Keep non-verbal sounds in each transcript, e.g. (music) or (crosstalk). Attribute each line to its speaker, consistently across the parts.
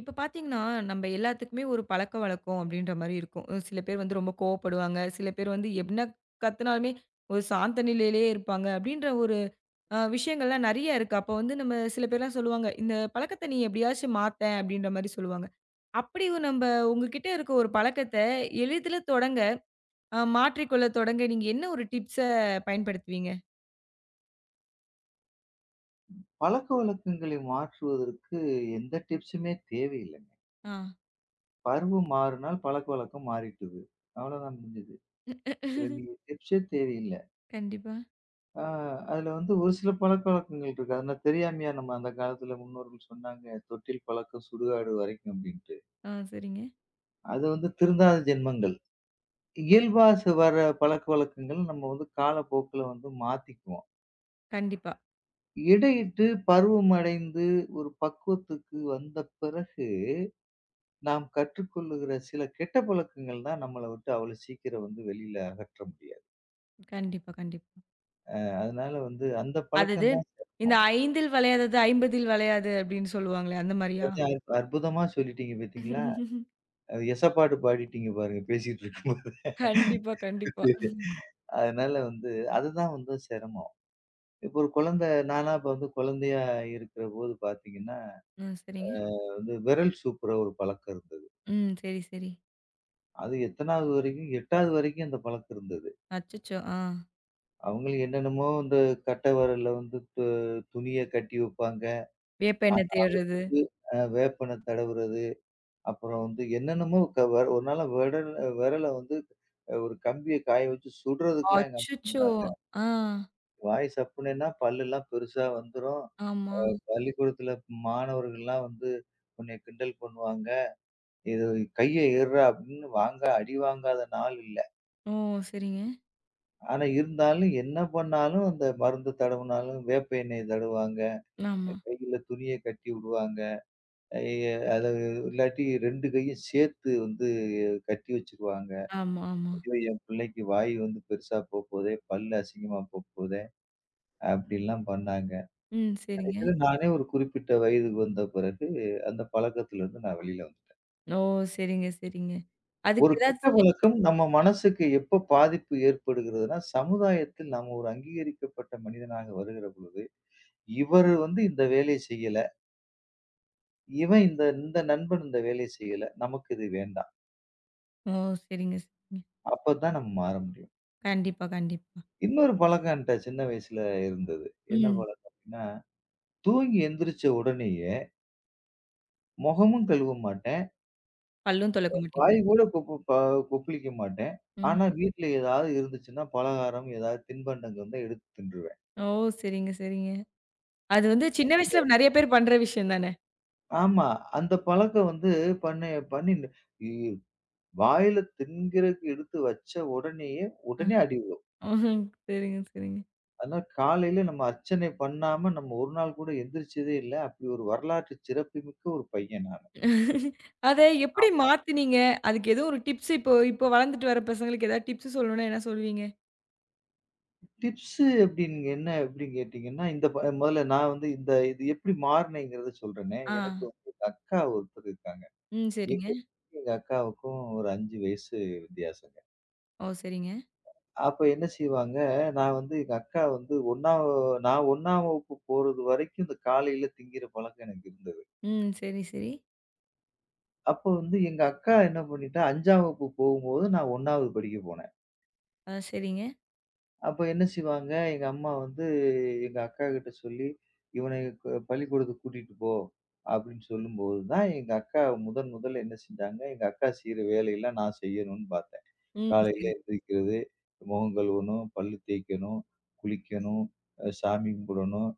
Speaker 1: இப்ப பார்த்தீங்கன்னா, நம்ம எல்லாத்துக்குமே ஒரு பழக்கவழக்கம் அப்படின்ற மாரி இருக்கும். ஒரு சில பேர் வந்து ரொம்ப கோவப்படுவாங்க. சில பேர் வந்து என்ன கத்துனாலுமே ஒரு சாந்த நிலையிலேயே இருப்பாங்க. அப்படின்ற ஒரு விஷயங்கள்லாம் நெறைய இருக்கு. அப்ப வந்து நம்ம சில பேர்லாம் சொல்லுவாங்க, "இந்த பழக்கத்த நீ எப்படியாச்சும் மாத்தேன்" அப்படின்ற மாரி சொல்லுவாங்க. அப்படி நம்ப உங்ககிட்ட இருக்க ஒரு பழக்கத்த எளிதில தொடங்க, மாற்றிக்கொள்ள தொடங்க நீங்க என்ன ஒரு டிப்ஸ பயன்படுத்துவீங்க?
Speaker 2: பழக்கவழக்கங்களை மாற்றுவதற்கு எந்த டிப்ஸுமே தேவையில்லைங்க.
Speaker 1: ஆ.
Speaker 2: பருவம் மாறுனால் பழக்கவழக்கம் மாறிட்டுது. அவ்வளோதான் முடிஞ்சுது. இதுல
Speaker 1: (laughs)
Speaker 2: நீங்க டிப்ஸே தேவையில்ல.
Speaker 1: கண்டிப்பா.
Speaker 2: ஆ அதுல வந்து ஒரு சில பழக்கவழக்கங்கள் இருக்கு. அது நான் தெரியாமையா நம்ம அந்த காலத்துல முன்னோர்கள் சொன்னாங்க, "தொட்டில் பழக்கம் சுடுகாடு வரைக்கும்" அப்படின்ட்டு.
Speaker 1: ஆ, சரிங்க.
Speaker 2: அது வந்து திருந்தாத ஜென்மங்கள். இயல்பா ச வர பழக்கவழக்கங்கள் நம்ம வந்து காலப்போக்குல வந்து மாத்திக்குவோம்.
Speaker 1: கண்டிப்பா.
Speaker 2: இடையிட்டு பருவமடைந்து ஒரு பக்குவத்துக்கு வந்த பிறகு நாம் கற்றுக்கொள்ளுகிற சில கெட்ட பழக்கங்கள் தான் நம்மள விட்டு அவ்வளோ சீக்கிரம் வந்து வெளியில அகற்ற முடியாது.
Speaker 1: கண்டிப்பா, கண்டிப்பா.
Speaker 2: அதனால வந்து அந்த
Speaker 1: அதது,
Speaker 2: பழக்கம் தான்
Speaker 1: இந்த
Speaker 2: சேக்கணும்.
Speaker 1: 5ல் வளையாதது 50ல் வளையாது அப்படின்னு சொல்லுவாங்களே அந்த மாரியா?
Speaker 2: அது அற்புதமா சொல்லிட்டீங்க பாத்தீங்களா?
Speaker 1: (laughs)
Speaker 2: அது எசப்பாட்டு பாடிட்டீங்க பாருங்க பேசிட்டு இருக்கும்போது.
Speaker 1: கண்டிப்பா, கண்டிப்பா.
Speaker 2: சரி. அதனால வந்து அதுதான் வந்து சிரமம். இப்போ ஒரு குழந்தை நான்லாம் இப்ப வந்து குழந்தையா இருக்கிறபோது பாத்தீங்கன்னா,
Speaker 1: ஆ, சரிங்க.
Speaker 2: வந்து விரல் சூப்புற ஒரு பழக்கம் இருந்தது.
Speaker 1: ம். சரி, சரி.
Speaker 2: அது எத்தனாவது வரைக்கும் 8வது வரைக்கும் அந்த பழக்கம் இருந்தது.
Speaker 1: அச்சச்சோ! ஆ.
Speaker 2: அவங்களும் என்னென்னமோ இந்த கட்டை விரல்ல வந்து துணிய கட்டி வைப்பாங்க.
Speaker 1: வேப்பெண்ணெய் தேடுறது.
Speaker 2: அதுக்கு வேப்பெண்ணெ தடவுறது, அப்புறம் வந்து என்னென்னமோ க வ ஒரு நாளா விரல வந்து ஒரு கம்பிய காய வச்சு சுடுறதுக்குலாம் எங்க
Speaker 1: அச்சச்சோ!
Speaker 2: அம்மா வந்தாங்க.
Speaker 1: ஆ.
Speaker 2: வாய் சப்புனேன்னா பல்லெல்லாம் பெருசா வந்துரும்.
Speaker 1: ஆமா.
Speaker 2: பள்ளிக்கூடத்துல மாணவர்கள்லாம் வந்து உன்னைய கிண்டல் பண்ணுவாங்க. இது கைய எட்றா அப்படின்னு வாங்க அடி வாங்காத நாள் இல்ல.
Speaker 1: ஓ! சரிங்க.
Speaker 2: ஆனா இருந்தாலும் என்ன பண்ணாலும் அந்த மருந்து தடவுனாலும் வேப்ப எண்ணெய தடவுவாங்க.
Speaker 1: ஆமா,
Speaker 2: கையில துணிய கட்டி விடுவாங்க. ஐ அத இல்லாட்டி 2 கையும் சேர்த்து வந்து கட்டி வச்சுருவாங்க.
Speaker 1: ஆமா, ஆமா.
Speaker 2: ஐயோ! என் பிள்ளைக்கு வாய் வந்து பெருசா போப்போதே! பல்லு அசிங்கமா போப்போதே! அப்படிலாம் பண்ணாங்க.
Speaker 1: ம். சரிங்க.
Speaker 2: கடைசில நானே ஒரு குறிப்பிட்ட வயதுக்கு வந்த பிறகு, அந்த பழக்கத்திலிருந்து நான் வெளியில வந்துட்டேன்.
Speaker 1: ஓ! சரிங்க, சரிங்க. அதுக்கு
Speaker 2: ஒரு கெட்ட
Speaker 1: ஏதாச்சு.
Speaker 2: பழக்கம் நம்ம மனசுக்கு எப்ப பாதிப்பு ஏற்படுகிறதுன்னா, சமுதாயத்தில் நாம ஒரு அங்கீகரிக்கப்பட்ட மனிதனாக வருகிற பொழுது, இவர் வந்து இந்த வேலைய செய்யல. இவன் இந்த இந்த நண்பன் இந்த வேலைய செய்யல. நமக்கு இது வேண்டாம்.
Speaker 1: ஓ! சரிங்க, சரிங்க.
Speaker 2: அப்பதான் நம்ம மாற முடியும்.
Speaker 1: கண்டிப்பா, கண்டிப்பா.
Speaker 2: இன்னொரு பழக்கம் என்ட்ட சின்ன வயசுல இருந்தது. என்ன
Speaker 1: ம்.
Speaker 2: பழக்கம் அப்டின்னா, தூங்கி எந்திரிச்ச உடனேயே மொகமும் கழுவ மாட்டேன்.
Speaker 1: பல்லும் துலக்க மாட்டீங்க.
Speaker 2: வாய் கூட கொப்பு ப கொப்பளிக்க மாட்டேன்.
Speaker 1: ம்.
Speaker 2: ஆனா வீட்ல ஏதாவது இருந்துச்சுன்னா, பலகாரம் ஏதாவது தின்பண்டங்கள் இருந்தா எடுத்து தின்றுவேன்.
Speaker 1: ஓ! சரிங்க, சரிங்க. அது வந்து சின்ன வயசுல நெறைய பேர் பண்ற விஷயம் தானே!
Speaker 2: ஆமா. அந்த பழக்கம் வந்து பண்ணி பண்ணி இ வாயில தின்கிறதுக்கு எடுத்து வச்ச உடனேயே, உடனே அடி விழும்.
Speaker 1: ம்ஹ்ம். சரிங்க, சரிங்க.
Speaker 2: அதனால காலையில நம்ம அர்ச்சனை பண்ணாம நம்ம ஒரு நாள் கூட எந்திரிச்சதே இல்ல. அப்படி ஒரு வரலாற்று சிறப்புமிக்க ஒரு பையன் நான்.
Speaker 1: அத எப்படி மாத்துனீங்க? அதுக்கு ஏதோ ஒரு டிப்ஸ் இப்போ இப்போ வளர்ந்துட்டு வர பசங்களுக்கு ஏதாவது டிப்ஸ் சொல்லணும்னா என்ன சொல்லுவீங்க?
Speaker 2: டிப்ஸு அப்டின்னு என்ன அப்டின்னு கேட்டீங்கன்னா, இந்த முதல்ல நான் வந்து இந்த இது எப்டி மாறுனேங்கிறத சொல்றேனே.
Speaker 1: ஆ.
Speaker 2: எனக்கு வந்து எங்க அக்கா ஒருத்தர் இருக்காங்க.
Speaker 1: ம். சரிங்க.
Speaker 2: எங்க எங்க அக்காவுக்கும் ஒரு 5 வயசு வித்தியாசங்க.
Speaker 1: ஓ! சரிங்க.
Speaker 2: அப்ப என்ன செய்வாங்க, நான் வந்து எங்க அக்கா வந்து 1ஆம் வகுப்பு போறது வரைக்கும் இந்த காலையில திங்கிற பழக்கம் எனக்கு இருந்தது.
Speaker 1: ம். சரி, சரி.
Speaker 2: அப்போ வந்து எங்க அக்கா என்ன பண்ணிட்டா, 5ஆம் வகுப்பு போகும்போது நான் 1வது படிக்க போனேன்.
Speaker 1: ஆ, சரிங்க.
Speaker 2: அப்ப என்ன செய்வாங்க, எங்க அம்மா வந்து எங்க அக்காகிட்ட சொல்லி, "இவன பள்ளிக்கூடத்துக்கு கூட்டிட்டு போ" அப்படின்னு சொல்லும்போது தான், எங்க அக்கா முதன் முதல்ல என்ன செஞ்சாங்க, எங்க அக்கா செய்ற வேலையெல்லாம் நான் செய்யணும்னு பார்த்தேன்.
Speaker 1: ம்.
Speaker 2: காலையில
Speaker 1: சரி.
Speaker 2: எந்திரிக்கிறது, முகம் கழுவணும், பல்லு தேய்க்கணும், குளிக்கணும், சாமி கும்பிடணும்,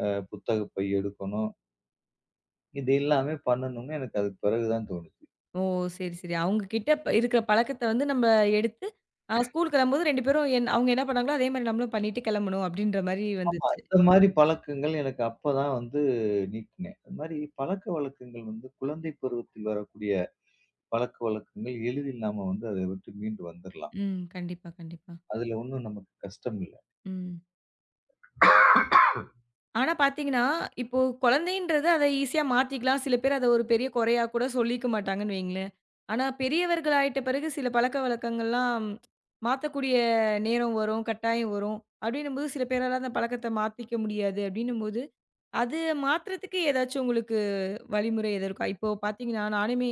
Speaker 2: புத்தக பை எடுக்கணும். இது எல்லாமே பண்ணணும்னு எனக்கு அதுக்கு பிறகு தான் தோணுச்சு.
Speaker 1: ஓ! சரி, சரி. அவங்க கிட்ட இருக்கிற பழக்கத்த வந்து நம்ம எடுத்து ஸ்கூல் கிளம்பும்போது 2 பேரும் அவங்க என்ன பண்ணாங்களோ அதே மாரி நம்மளும் பண்ணிட்டு கிளம்பணும் அப்படின்ற மாரி
Speaker 2: ஆமா,
Speaker 1: வந்துச்சு.
Speaker 2: இந்த மாரி பழக்கங்கள் எனக்கு அப்பதான் வந்து நீக்கினேன். அது மாரி பழக்கவழக்கங்கள் வந்து குழந்தை பருவத்தில் வரக்கூடிய பழக்க வழக்கங்கள் எளிதில் நாம வந்து அதை விட்டு மீண்டு வந்துரலாம்.
Speaker 1: ம். கண்டிப்பா, கண்டிப்பா.
Speaker 2: அதுல ஒண்ணும் நமக்கு கஷ்டம் இல்ல.
Speaker 1: ம். ஆனா பார்த்தீங்கன்னா, இப்போ குழந்தைன்றது அத ஈஸியா மாத்திக்கலாம். சில பேர் அத ஒரு பெரிய குறையா கூட சொல்லிக்க மாட்டாங்கன்னு வைங்களேன். ஆனா பெரியவர்கள் ஆயிட்ட பிறகு சில பழக்கவழக்கங்கள்லாம் மாத்தக்கூடிய நேரம் வரும், கட்டாயம் வரும். அப்டின்னும்போது சில பேரால அந்த பழக்கத்த மாத்திக்க முடியாது அப்டின்னும்போது, அது மாத்துறதுக்கு ஏதாச்சும் உங்களுக்கு வழிமுறை எதுவும் இருக்கா? இப்போ பார்த்தீங்கன்னா, நானுமே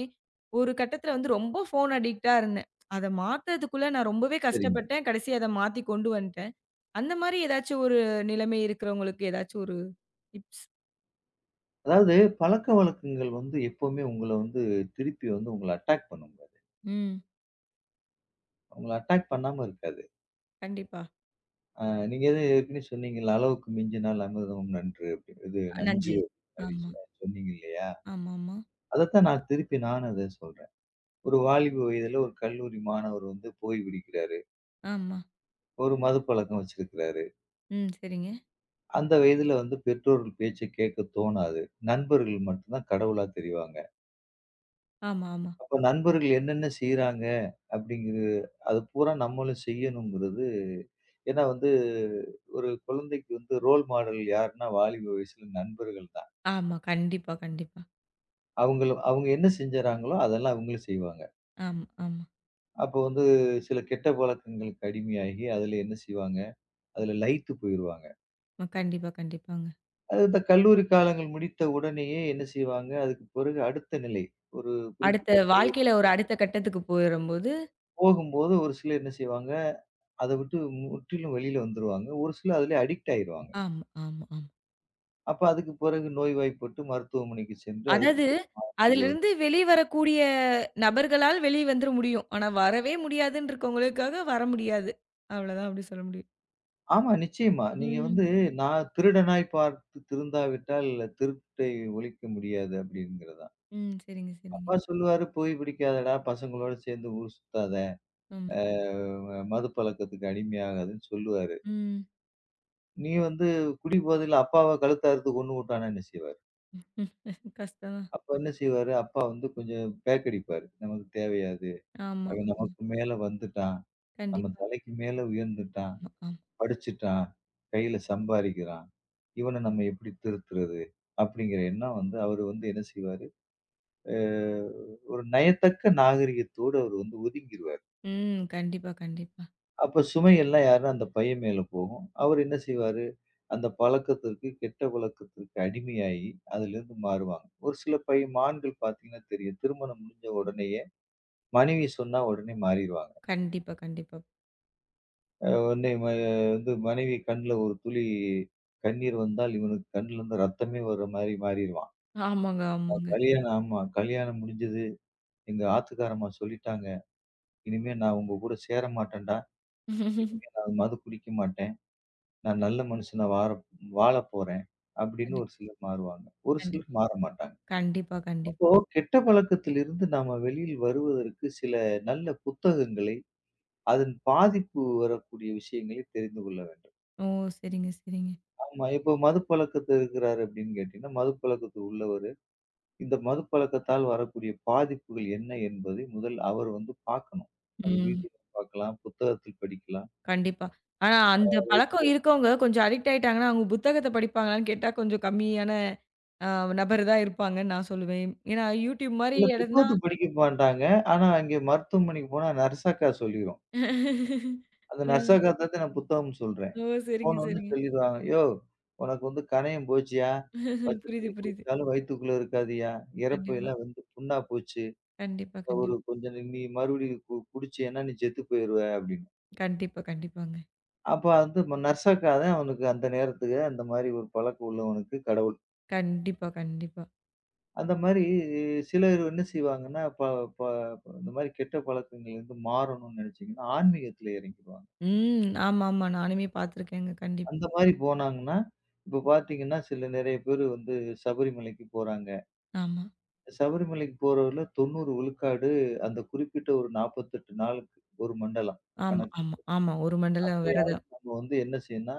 Speaker 1: ஒரு கட்டத்தில வந்து ரொம்ப ஃபோன் அடிக்ட்டா இருந்தேன். அத மாத்துறதுக்குள்ள நான் ரொம்பவே
Speaker 2: சரிங்க.
Speaker 1: கஷ்டப்பட்டேன். கடைசியா அத மாத்தி கொண்டு வந்துட்டேன். அந்த மாரி ஏதாச்சும் ஒரு நிலைமை இருக்கிறவங்களுக்கு ஏதாச்சும் ஒரு டிப்ஸ்?
Speaker 2: அதாவது பழக்கவழக்கங்கள் வந்து எப்பவுமே உங்கள வந்து திருப்பி வந்து உங்கள அட்டாக் பண்ணுங்க.
Speaker 1: ம்.
Speaker 2: உங்கள அட்டாக் பண்ணாம இருக்காது.
Speaker 1: கண்டிப்பா.
Speaker 2: அ நீங்க எதோ ஏற்கனவே சொன்னீங்கல்ல, "அளவுக்கு மிஞ்சினால் அமிர்தமும் நன்று" அப்படின்னு. இது
Speaker 1: அ, நஞ்சு.
Speaker 2: நஞ்சு மாரி
Speaker 1: ஆமா.
Speaker 2: சொன்னீங்க இல்லையா?
Speaker 1: ஆமாமா.
Speaker 2: அதத்தான் நான் திருப்பி நானும் அத சொல்றேன். ஒரு வாலிப வயதுல ஒரு கல்லூரி மாணவர் வந்து போய் விடுகிறாரு.
Speaker 1: ஆமா.
Speaker 2: ஒரு மதுப்பழக்கம் வச்சிருக்கிறாரு.
Speaker 1: ம். சரிங்க.
Speaker 2: அந்த வயதில வந்து பெற்றோர்கள் பேச்ச கேட்க தோணாது. நண்பர்கள் மட்டும் தான் கடவுளா தெரிவாங்க.
Speaker 1: ஆமா, ஆமா.
Speaker 2: அப்ப நண்பர்கள் என்னென்ன செய்றாங்க அப்படிங்கிறது, அது பூரா நம்மளும் செய்யணுங்கிறது ஏன்னா வந்து ஒரு குழந்தைக்கு வந்து ரோல் மாடல் யாருன்னா வாலிப வயசுல நண்பர்கள் தான்.
Speaker 1: ஆமா. கண்டிப்பா, கண்டிப்பா.
Speaker 2: அவங்களும் அவங்க என்ன செஞ்சறாங்களோ அதெல்லாம் அவங்களும் செய்வாங்க.
Speaker 1: ஆமா, ஆமா.
Speaker 2: அப்போ வந்து சில கெட்ட பழக்கங்களுக்கு அடிமையாகி அதுல என்ன செய்வாங்க, அதுல லயித்து போயிருவாங்க.
Speaker 1: கண்டிப்பா, கண்டிப்பாங்க.
Speaker 2: அது இந்த கல்லூரி காலங்கள் முடித்த உடனேயே என்ன செய்வாங்க, அதுக்கு பிறகு அடுத்த நிலை ஒரு குறிப்பிட்ட
Speaker 1: அடுத்த வாழ்க்கையில ஒரு அடுத்த கட்டத்துக்கு போயிறம்போது.
Speaker 2: போகும்போது ஒரு சிலர் என்ன செய்வாங்க, அத விட்டு முற்றிலும் வெளியில வந்துருவாங்க. ஒரு சிலர் அதிலே அடிக்ட் ஆயிருவாங்க.
Speaker 1: ஆமா, ஆமா, ஆமா.
Speaker 2: அப்ப அதுக்கு பிறகு நோய்வாய்ப்பட்டு மருத்துவமனைக்கு சென்று அதுக்கு
Speaker 1: அதாவது
Speaker 2: பிறகு
Speaker 1: அதிலிருந்து வெளிவரக்கூடிய நபர்களால் வெளிய வந்துர முடியும். ஆனா வரவே முடியாதுன்னு இருக்கவங்களுக்காக வர முடியாது. அவ்வளதான் அப்படி சொல்ல முடியும்.
Speaker 2: ஆமா, நிச்சயமா. நீங்க
Speaker 1: ம்.
Speaker 2: வந்து நான் திருடனாய் பார்த்து திருந்தாவிட்டால் திருட்டை ஒழிக்க முடியாது அப்படிங்கிறது தான்.
Speaker 1: ம். சரிங்க, சரிங்க.
Speaker 2: அப்பா சொல்லுவாரு, "புகை பிடிக்காதடா, பசங்களோட சேர்ந்து ஊர் சுத்தாத,
Speaker 1: ஆமா.
Speaker 2: அ மது பழக்கத்துக்கு அடிமையாகாதன்னு" சொல்லுவாரு.
Speaker 1: ம்.
Speaker 2: நீ வந்து குடி போதையில அப்பாவ கழுத்த அறுத்து கொன்னுபுட்டான்னா என்ன செய்வாரு?
Speaker 1: (laughs) கஷ்டம் தான்.
Speaker 2: அப்ப என்ன செய்வாரு, அப்பா வந்து கொஞ்சம் பேக் அடிப்பாரு. நமக்கு தேவையாது.
Speaker 1: ஆமா.
Speaker 2: அவன் நமக்கு மேல வந்துட்டான். நம்ம
Speaker 1: கண்டிப்பா.
Speaker 2: தலைக்கு மேல உயர்ந்துட்டான்.
Speaker 1: ஆமா, ஆமா.
Speaker 2: படிச்சுட்டான். கையில சம்பாரிக்கிறான். இவன நம்ம எப்படி திருத்துறது? அப்படிங்கிற எண்ணம் வந்து அவரு வந்து என்ன செய்வாரு, அ ஒரு நயத்தக்க நாகரிகத்தோடு அவரு வந்து ஒதுங்கிருவாரு.
Speaker 1: ம். கண்டிப்பா, கண்டிப்பா.
Speaker 2: அப்ப சுமை எல்லாம் யாருன்னா அந்த பையன் மேல போகும். அவரு என்ன செய்வாரு, அந்த பழக்கத்திற்கு, கெட்ட பழக்கத்திற்கு அடிமையாகி அதிலிருந்து மாறுவாங்க. ஒரு சில பை ஆண்கள் பார்த்தீங்கன்னா தெரியும். திருமணம் முடிஞ்ச உடனேயே மனைவி சொன்னா உடனே மாறிருவாங்க.
Speaker 1: கண்டிப்பா, கண்டிப்பா.
Speaker 2: அ உடனே ம வந்து மனைவி கண்ல ஒரு துளி கண்ணீர் வந்தால், இவனுக்கு கண்லருந்து ரத்தமே வர்ற மாரி மாறிருவான்.
Speaker 1: ஆமாங்க,
Speaker 2: அ
Speaker 1: ஆமாங்க.
Speaker 2: கல்யாணம் ஆமா. கல்யாணம் முடிஞ்சது. எங்க ஆத்துக்காரம்மா சொல்லிட்டாங்க. இனிமே நான் உங்க கூட சேர மாட்டேன்டா. இனிமே நான் மது குடிக்க மாட்டேன். நான் நல்ல மனுஷனா வாழப் போறேன். அப்படின்னு ஒரு
Speaker 1: கண்டிப்பா,
Speaker 2: சிலர் மாறுவாங்க. ஒரு சிலர்
Speaker 1: கண்டிப்பா.
Speaker 2: மாற மாட்டாங்க.
Speaker 1: கண்டிப்பா,
Speaker 2: அப்போ
Speaker 1: கண்டிப்பா.
Speaker 2: கெட்ட பழக்கத்திலிருந்து நாம வெளியில் வருவதற்கு சில நல்ல புத்தகங்களை, அதன் பாதிப்பு வரக்கூடிய விஷயங்களை தெரிந்து கொள்ள வேண்டும்.
Speaker 1: ஓ! சரிங்க, சரிங்க.
Speaker 2: ஆமா. இப்போ மது பழக்கத்துல இருக்கிறாரு அப்படின்னு கேட்டீங்கன்னா, மது பழக்கத்துக்கு உள்ளவரு. இந்த மது பழக்கத்தால் வரக்கூடிய பாதிப்புகள் என்ன என்பதை முதல் அவர் வந்து பார்க்கணும். அது
Speaker 1: ம்.
Speaker 2: வீடியோல பார்க்கலாம், புத்தகத்தில் படிக்கலாம்.
Speaker 1: கண்டிப்பா. ஆனா அந்த பழக்கம் இருக்கவங்க கொஞ்சம் அடிக்ட் ஆயிட்டாங்கன்னா, அவங்க புத்தகத்த படிப்பாங்களான்னு கேட்டா கொஞ்சம் கம்மியான அ நபர் தான் இருப்பாங்கன்னு நான் சொல்லுவேன். ஏன்னா YouTube மாரி
Speaker 2: இல்ல
Speaker 1: இடம்னா.
Speaker 2: புத்தகத்தில் படிக்க மாட்டாங்க. ஆனா அங்கே மருத்துவமனைக்கு போனா நர்ஸ் அக்கா சொல்லிரும்.
Speaker 1: (laughs)
Speaker 2: அந்த நர்ஸ்
Speaker 1: ம்.
Speaker 2: அக்கா தான் நான் புத்தகம்னு சொல்றேன்.
Speaker 1: ஓ! சரிங்க,
Speaker 2: போனோனே
Speaker 1: சரிங்க.
Speaker 2: சொல்லிருவாங்க. "யோவ்! உனக்கு வந்து கணையம் போச்சுயா. பச்சை
Speaker 1: புரியுது,
Speaker 2: தண்ணி
Speaker 1: புரியுது.
Speaker 2: குடிச்சாலும் வயித்துக்குள்ள இருக்காதுயா. இரைப்பை
Speaker 1: கண்டிப்பா,
Speaker 2: எல்லாம் வந்து புண்ணா போச்சு.
Speaker 1: கண்டிப்பா, கண்டிப்பா.
Speaker 2: ஒரு கொஞ்சம் நீ மறுபடியும் குடிச்சேன்னா நீ செத்து போயிருவ" அப்படின்னு.
Speaker 1: கண்டிப்பா, கண்டிப்பாங்க.
Speaker 2: அப்ப வந்து நற்சக்கா தான் அவனுக்கு அந்த நேரத்துக்கு அந்த மாரி ஒரு பழக்கம் உள்ளவனுக்கு கடவுள்.
Speaker 1: கண்டிப்பா, கண்டிப்பா.
Speaker 2: அந்த மாரி சிலர் என்ன செய்வாங்கன்னா, ப ப இந்த மாரி கெட்ட பழக்கங்கள்லேருந்து மாறணும்னு நெனச்சீங்கன்னா, ஆன்மீகத்தில இறங்கிருவாங்க.
Speaker 1: ம். ஆமாமா. நானுமே பார்த்துருக்கேங்க. கண்டிப்பா.
Speaker 2: அந்த மாரி போனாங்கன்னா, இப்ப பார்த்தீங்கன்னா, சில நெறைய பேர் வந்து சபரிமலைக்கு போறாங்க.
Speaker 1: ஆமா.
Speaker 2: சபரிமலைக்கு போறவர்ல 90 விழுக்காடு அந்த குறிப்பிட்ட ஒரு 48 நாளுக்கு ஒரு மண்டலம்
Speaker 1: ஆமா,
Speaker 2: கணக்கு.
Speaker 1: ஆமா, ஆமா. 1 மண்டலம்
Speaker 2: அப்பயாவது
Speaker 1: விரதம்.
Speaker 2: நம்ம வந்து என்ன செய்யணும்னா,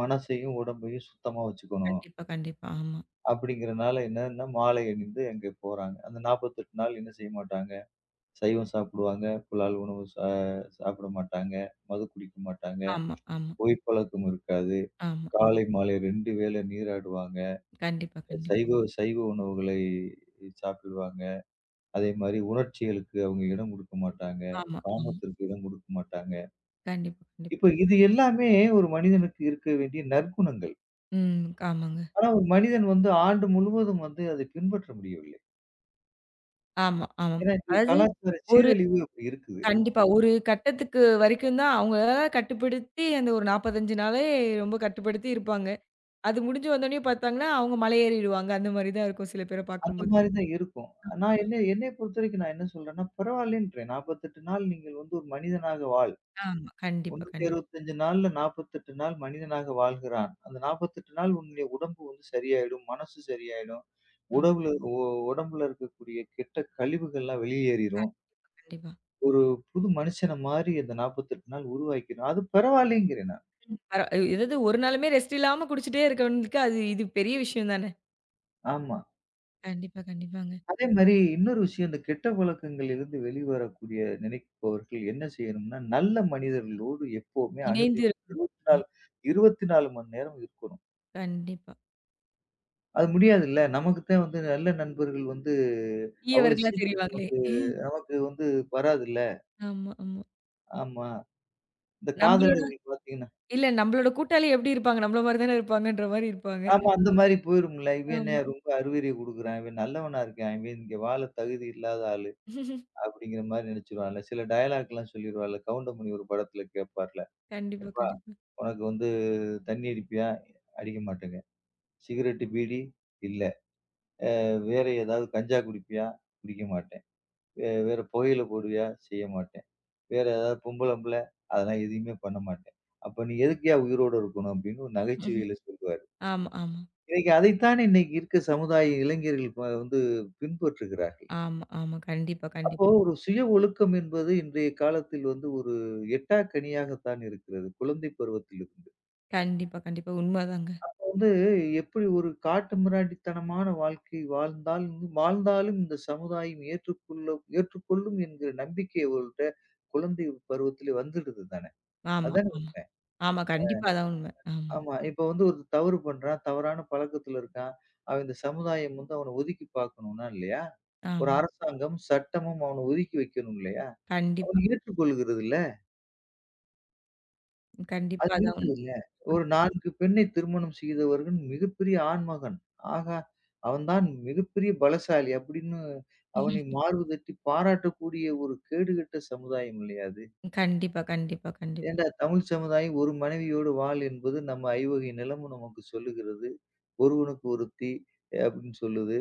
Speaker 2: மனசையும், உடம்பையும் சுத்தமா வச்சுக்கணும்.
Speaker 1: கண்டிப்பா, கண்டிப்பா. ஆமா,
Speaker 2: அப்படிங்கிறனால என்னன்னா, மாலை அணிந்து அங்கே போறாங்க. அந்த 48 நாள் என்ன செய்ய மாட்டாங்க, சைவம் சாப்பிடுவாங்க. புலால் உணவு சாப்பிட மாட்டாங்க. மது குடிக்க மாட்டாங்க.
Speaker 1: ஆமா, ஆமா,
Speaker 2: பொய்ப்பழக்கம் இருக்காது.
Speaker 1: ஆமா. ம்.
Speaker 2: காலை, மாலை 2 வேளை நீராடுவாங்க.
Speaker 1: கண்டிப்பா, கண்டிப்பா.
Speaker 2: சைவ சைவ உணவுகளை சாப்பிடுவாங்க. அதே மாரி உணர்ச்சிகளுக்கு அவங்க இடம் கொடுக்க மாட்டாங்க.
Speaker 1: ஆமா, ஆமா.
Speaker 2: காமத்திற்கு இடம் கொடுக்க மாட்டாங்க.
Speaker 1: கண்டிப்பா, கண்டிப்பா.
Speaker 2: இப்ப இது எல்லாமே ஒரு மனிதனுக்கு இருக்க வேண்டிய நற்குணங்கள்.
Speaker 1: ம். ஆமாங்க.
Speaker 2: ஆனா ஒரு மனிதன் வந்து ஆண்டு முழுவதும் வந்து அதை பின்பற்ற முடியவில்லை.
Speaker 1: ஆமா, ஆமாம்.
Speaker 2: ஏன்னா, இன்னைக்கு
Speaker 1: அதாவது
Speaker 2: கலாச்சார
Speaker 1: ஒரு
Speaker 2: சீரழிவு அப்படி இருக்குது.
Speaker 1: கண்டிப்பா. ஒரு கட்டத்துக்கு வரைக்கும் தான் அவங்களால கட்டுப்படுத்தி அந்த ஒரு 45 நாளே ரொம்ப கட்டுப்படுத்தி இருப்பாங்க. அது முடிஞ்சு வந்தோனே பார்த்தாங்கன்னா, அவங்க மலை ஏறிடுவாங்க. அந்த மாரி தான் இருக்கும் சில பேர
Speaker 2: அந்த
Speaker 1: பார்க்கும்போது.
Speaker 2: மாரி தான் இருக்கும். நான் என்ன என்னைய பொறுத்தவரைக்கும் நான் என்ன சொல்றேன்னா, பரவாயில்லன்றேன். 48 நாள் நீங்கள் வந்து ஒரு மனிதனாக வாழ்.
Speaker 1: ஆமா. கண்டிப்பா, கண்டிப்பா.
Speaker 2: 365 நாள்ல 48 நாள் மனிதனாக வாழ்கிறான். அந்த 48 நாள் உன்னுடைய உடம்பு வந்து சரியாயிடும், மனசு சரியாயிடும்.
Speaker 1: ஆமா.
Speaker 2: உடவுல ஒ உடம்புல இருக்கக்கூடிய கெட்ட கழிவுகள்லாம் வெளியேறிரும்.
Speaker 1: கண்டிப்பா, கண்டிப்பா.
Speaker 2: ஒரு புது மனுஷன மாரி அந்த 48 நாள் உருவாக்கிரும். அது பரவாயில்லைங்கிறேன் நான்.
Speaker 1: பர எதாவது ஒரு நாளுமே ரெஸ்ட் இல்லாம குடிச்சிட்டே இருக்கவனுக்கு அது இது பெரிய விஷயம் தானே!
Speaker 2: ஆமா.
Speaker 1: கண்டிப்பா, கண்டிப்பாங்க.
Speaker 2: அதே மாரி இன்னொரு விஷயம், இந்த கெட்ட பழக்கங்களிலிருந்து வெளிவரக்கூடிய நினைப்பவர்கள் என்ன செய்யணும்னா, நல்ல மனிதர்களோடு எப்பவுமே
Speaker 1: இணைந்து
Speaker 2: அணுதினம்
Speaker 1: இருக்கணும். ஆமா,
Speaker 2: 24 மணி நேரம் இருக்கணும்.
Speaker 1: கண்டிப்பா.
Speaker 2: அது முடியாதுல்ல. நமக்கு தான் வந்து நல்ல நண்பர்கள் வந்து அவ்வளோ
Speaker 1: தீயவர்களா
Speaker 2: சீக்கிரம்
Speaker 1: தெரிவாங்களே!
Speaker 2: நமக்கு நமக்கு வந்து வராதுல்ல.
Speaker 1: ஆமா, ஆமா.
Speaker 2: ஆமா. இந்த
Speaker 1: நம்பளோட
Speaker 2: காதலர்கள் பார்த்தீங்கன்னா
Speaker 1: இல்ல நம்பளோட கூட்டாளி எப்படி இருப்பாங்க? நம்பள மாரி தானே இருப்பாங்கன்ற மாரி இருப்பாங்க.
Speaker 2: ஆமா அந்த மாரி போயிரும்ல. இவன் என்ன
Speaker 1: ஆமா.
Speaker 2: ரொம்ப அறிவுரை குடுக்குறான். இவன் நல்லவனா இருக்கான். இவன் இங்க வாழ தகுதி இல்லாத ஆளு. அப்படிங்கிற மாரி நெனைச்சுருவான்ல. சில டயலாக்லாம் சொல்லிருவான்ல. கவுண்டமணி ஒரு படத்துல கேட்பார்ல.
Speaker 1: கண்டிப்பா,
Speaker 2: "எப்பா!
Speaker 1: கண்டிப்பா.
Speaker 2: உனக்கு வந்து தண்ணி அடிப்பியா?" அடிக்க மாட்டேங்க. சிகரெட்டு, பீடி இல்ல. வேற ஏதாவது கஞ்சா குடிப்பியா? குடிக்க மாட்டேன். வேற புகையில போடுவியா? செய்ய மாட்டேன். வேற ஏதாவது பொம்பளம் புள்ள? அதெல்லாம் எதுவுமே பண்ண மாட்டேன். அப்ப நீ எதுக்குய்யா உயிரோட இருக்கணும்?" அப்படின்னு ஒரு நகைச்சுவையில சொல்லுவாரு.
Speaker 1: ஆமா, ஆமா,
Speaker 2: இன்னைக்கு அதைத்தானே இருக்க சமுதாய இளைஞர்கள் வந்து பின்பற்றுகிறார்கள்.
Speaker 1: ஆமா, ஆமா. கண்டிப்பா,
Speaker 2: அப்போ
Speaker 1: கண்டிப்பா.
Speaker 2: ஒரு சுய ஒழுக்கம் என்பது இன்றைய காலத்தில் வந்து ஒரு எட்டாக்கனியாகத்தான் இருக்கிறது. குழந்தை பருவத்தில் இருந்து.
Speaker 1: கண்டிப்பா, கண்டிப்பா. உண்மதாங்க.
Speaker 2: வந்து எப்படி ஒரு காட்டுமிராண்டித்தனமான வாழ்க்கை வாழ்ந்தாலும் இந்த சமுதாயம் ஏற்றுக்கொள்ளும் என்கிற நம்பிக்கை அவர்கள்ட்ட குழந்தை பருவத்திலே வந்துடுது தானே.
Speaker 1: ஆமா,
Speaker 2: அதானே
Speaker 1: ஆமா. ஆமா, கண்டிப்பா அதான் உண்ம. ஆமா,
Speaker 2: ஆமா. இப்ப வந்து ஒரு தவறு பண்றான், தவறான பழக்கத்துல இருக்கான். அவன் இந்த சமுதாயம் வந்து அவன ஒதுக்கி பார்க்கணும்னா இல்லையா? ஒரு
Speaker 1: ஆமா.
Speaker 2: அரசாங்கம், சட்டமும் அவன ஒதுக்கி வைக்கணும் இல்லையா?
Speaker 1: கண்டிப்பா,
Speaker 2: அவன் ஏற்றுக்கொள்கிறது இல்ல.
Speaker 1: கண்டிப்பா
Speaker 2: அது
Speaker 1: அதான் உண்ம.
Speaker 2: இருக்குதுல்ல. ஒரு 4 பெண்ணை திருமணம் செய்தவர்கள் மிகப்பெரிய ஆண்மகன். ஆகா! அவன் தான் மிகப்பெரிய பலசாலி அப்படின்னு அவனை மார்பு தட்டி பாராட்டக்கூடிய ஒரு கேடுகெட்ட சமுதாயம் இல்லையா அது.
Speaker 1: கண்டிப்பா, கண்டிப்பா, கண்டிப்பா.
Speaker 2: ஏன்டா தமிழ் சமுதாயம் ஒரு மனைவியோடு வாழ் என்பது நம்ம ஐவகை நிலமும் நமக்கு சொல்லுகிறது. ஒருவனுக்கு ஒருத்தி அப்படின்னு சொல்லுது.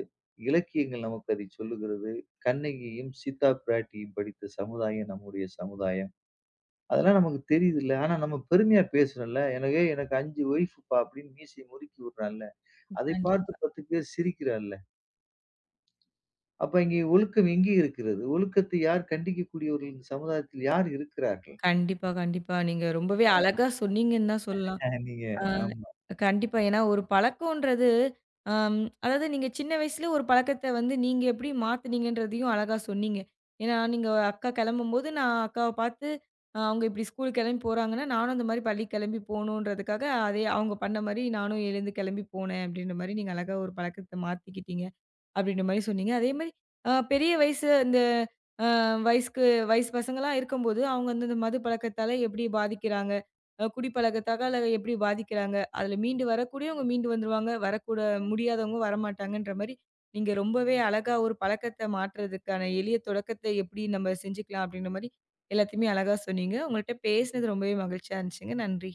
Speaker 2: இலக்கியங்கள் நமக்கு அதை சொல்லுகிறது. கண்ணகியும் சீதா பிராட்டியும் படித்த சமுதாயம் நம்முடைய சமுதாயம். அதெல்லாம் நமக்கு தெரியுதுல்ல. ஆனா நம்ம பெருமையா பேசுறோம்ல. "எனக்கு எனக்கு 5 ஒய்ஃப்ப்பா" அப்படின்னு மீசைய முறுக்கி விடுறான்ல. அதை
Speaker 1: கண்டிப்
Speaker 2: பார்த்து 10 பேர் சிரிக்கிறான்ல. அப்ப இங்கே ஒழுக்கம் எங்கே இருக்கிறது? ஒழுக்கத்தை யார் கண்டிக்கக்கூடியவர்கள் இந்த சமுதாயத்தில் யார் இருக்கிறார்கள்?
Speaker 1: கண்டிப்பா, கண்டிப்பா. நீங்க ரொம்பவே அழகா சொன்னீங்கன்னு தான் சொல்லலாம்.
Speaker 2: நீங்க
Speaker 1: ஆ,
Speaker 2: ஆமா.
Speaker 1: கண்டிப்பா. ஏன்னா ஒரு பழக்கம்ன்றது அம் அதாவது நீங்க சின்ன வயசுல ஒரு பழக்கத்த வந்து நீங்க எப்படி மாத்துனீங்கன்றதையும் அழகா சொன்னீங்க. ஏன்னா நீங்க அக்கா கிளம்பும்போது நான் அக்காவ பார்த்து அவங்க இப்படி ஸ்கூல் கிளம்பி போறாங்கன்னா, நானும் அந்த மாரி பள்ளிக்கு கிளம்பி போணுன்றதுக்காக அதே அவங்க பண்ண மாரி நானும் எழுந்து கிளம்பி போனேன் அப்படின்ற மாரி நீங்க அழகா ஒரு பழக்கத்த மாத்திக்கிட்டீங்க. அப்படின்ற மாரி சொன்னீங்க. அதே மாரி பெரிய வயசு இந்த அ வயசுக்கு வயசு பசங்கலாம் இருக்கும்போது, அவங்க வந்து இந்த மது பழக்கத்தால எப்படி பாதிக்கிறாங்க? குடிப்பழக்கத்தால எப்படி பாதிக்கிறாங்க? அதுல மீண்டு வரக்கூடியவங்க மீண்டு வந்துருவாங்க. முடியாதவங்க வரமாட்டாங்கன்ற மாரி, நீங்க ரொம்பவே அழகா ஒரு பழக்கத்த மாற்றுறதுக்கான எளிய தொடக்கத்தை எப்படி நம்ம செஞ்சுக்கலாம்? அப்படின்ற மாரி எல்லாத்தையுமே அழகா சொன்னீங்க. உங்கள்ட்ட பேசினது ரொம்பவே மகிழ்ச்சியா இருந்துச்சுங்க. நன்றி.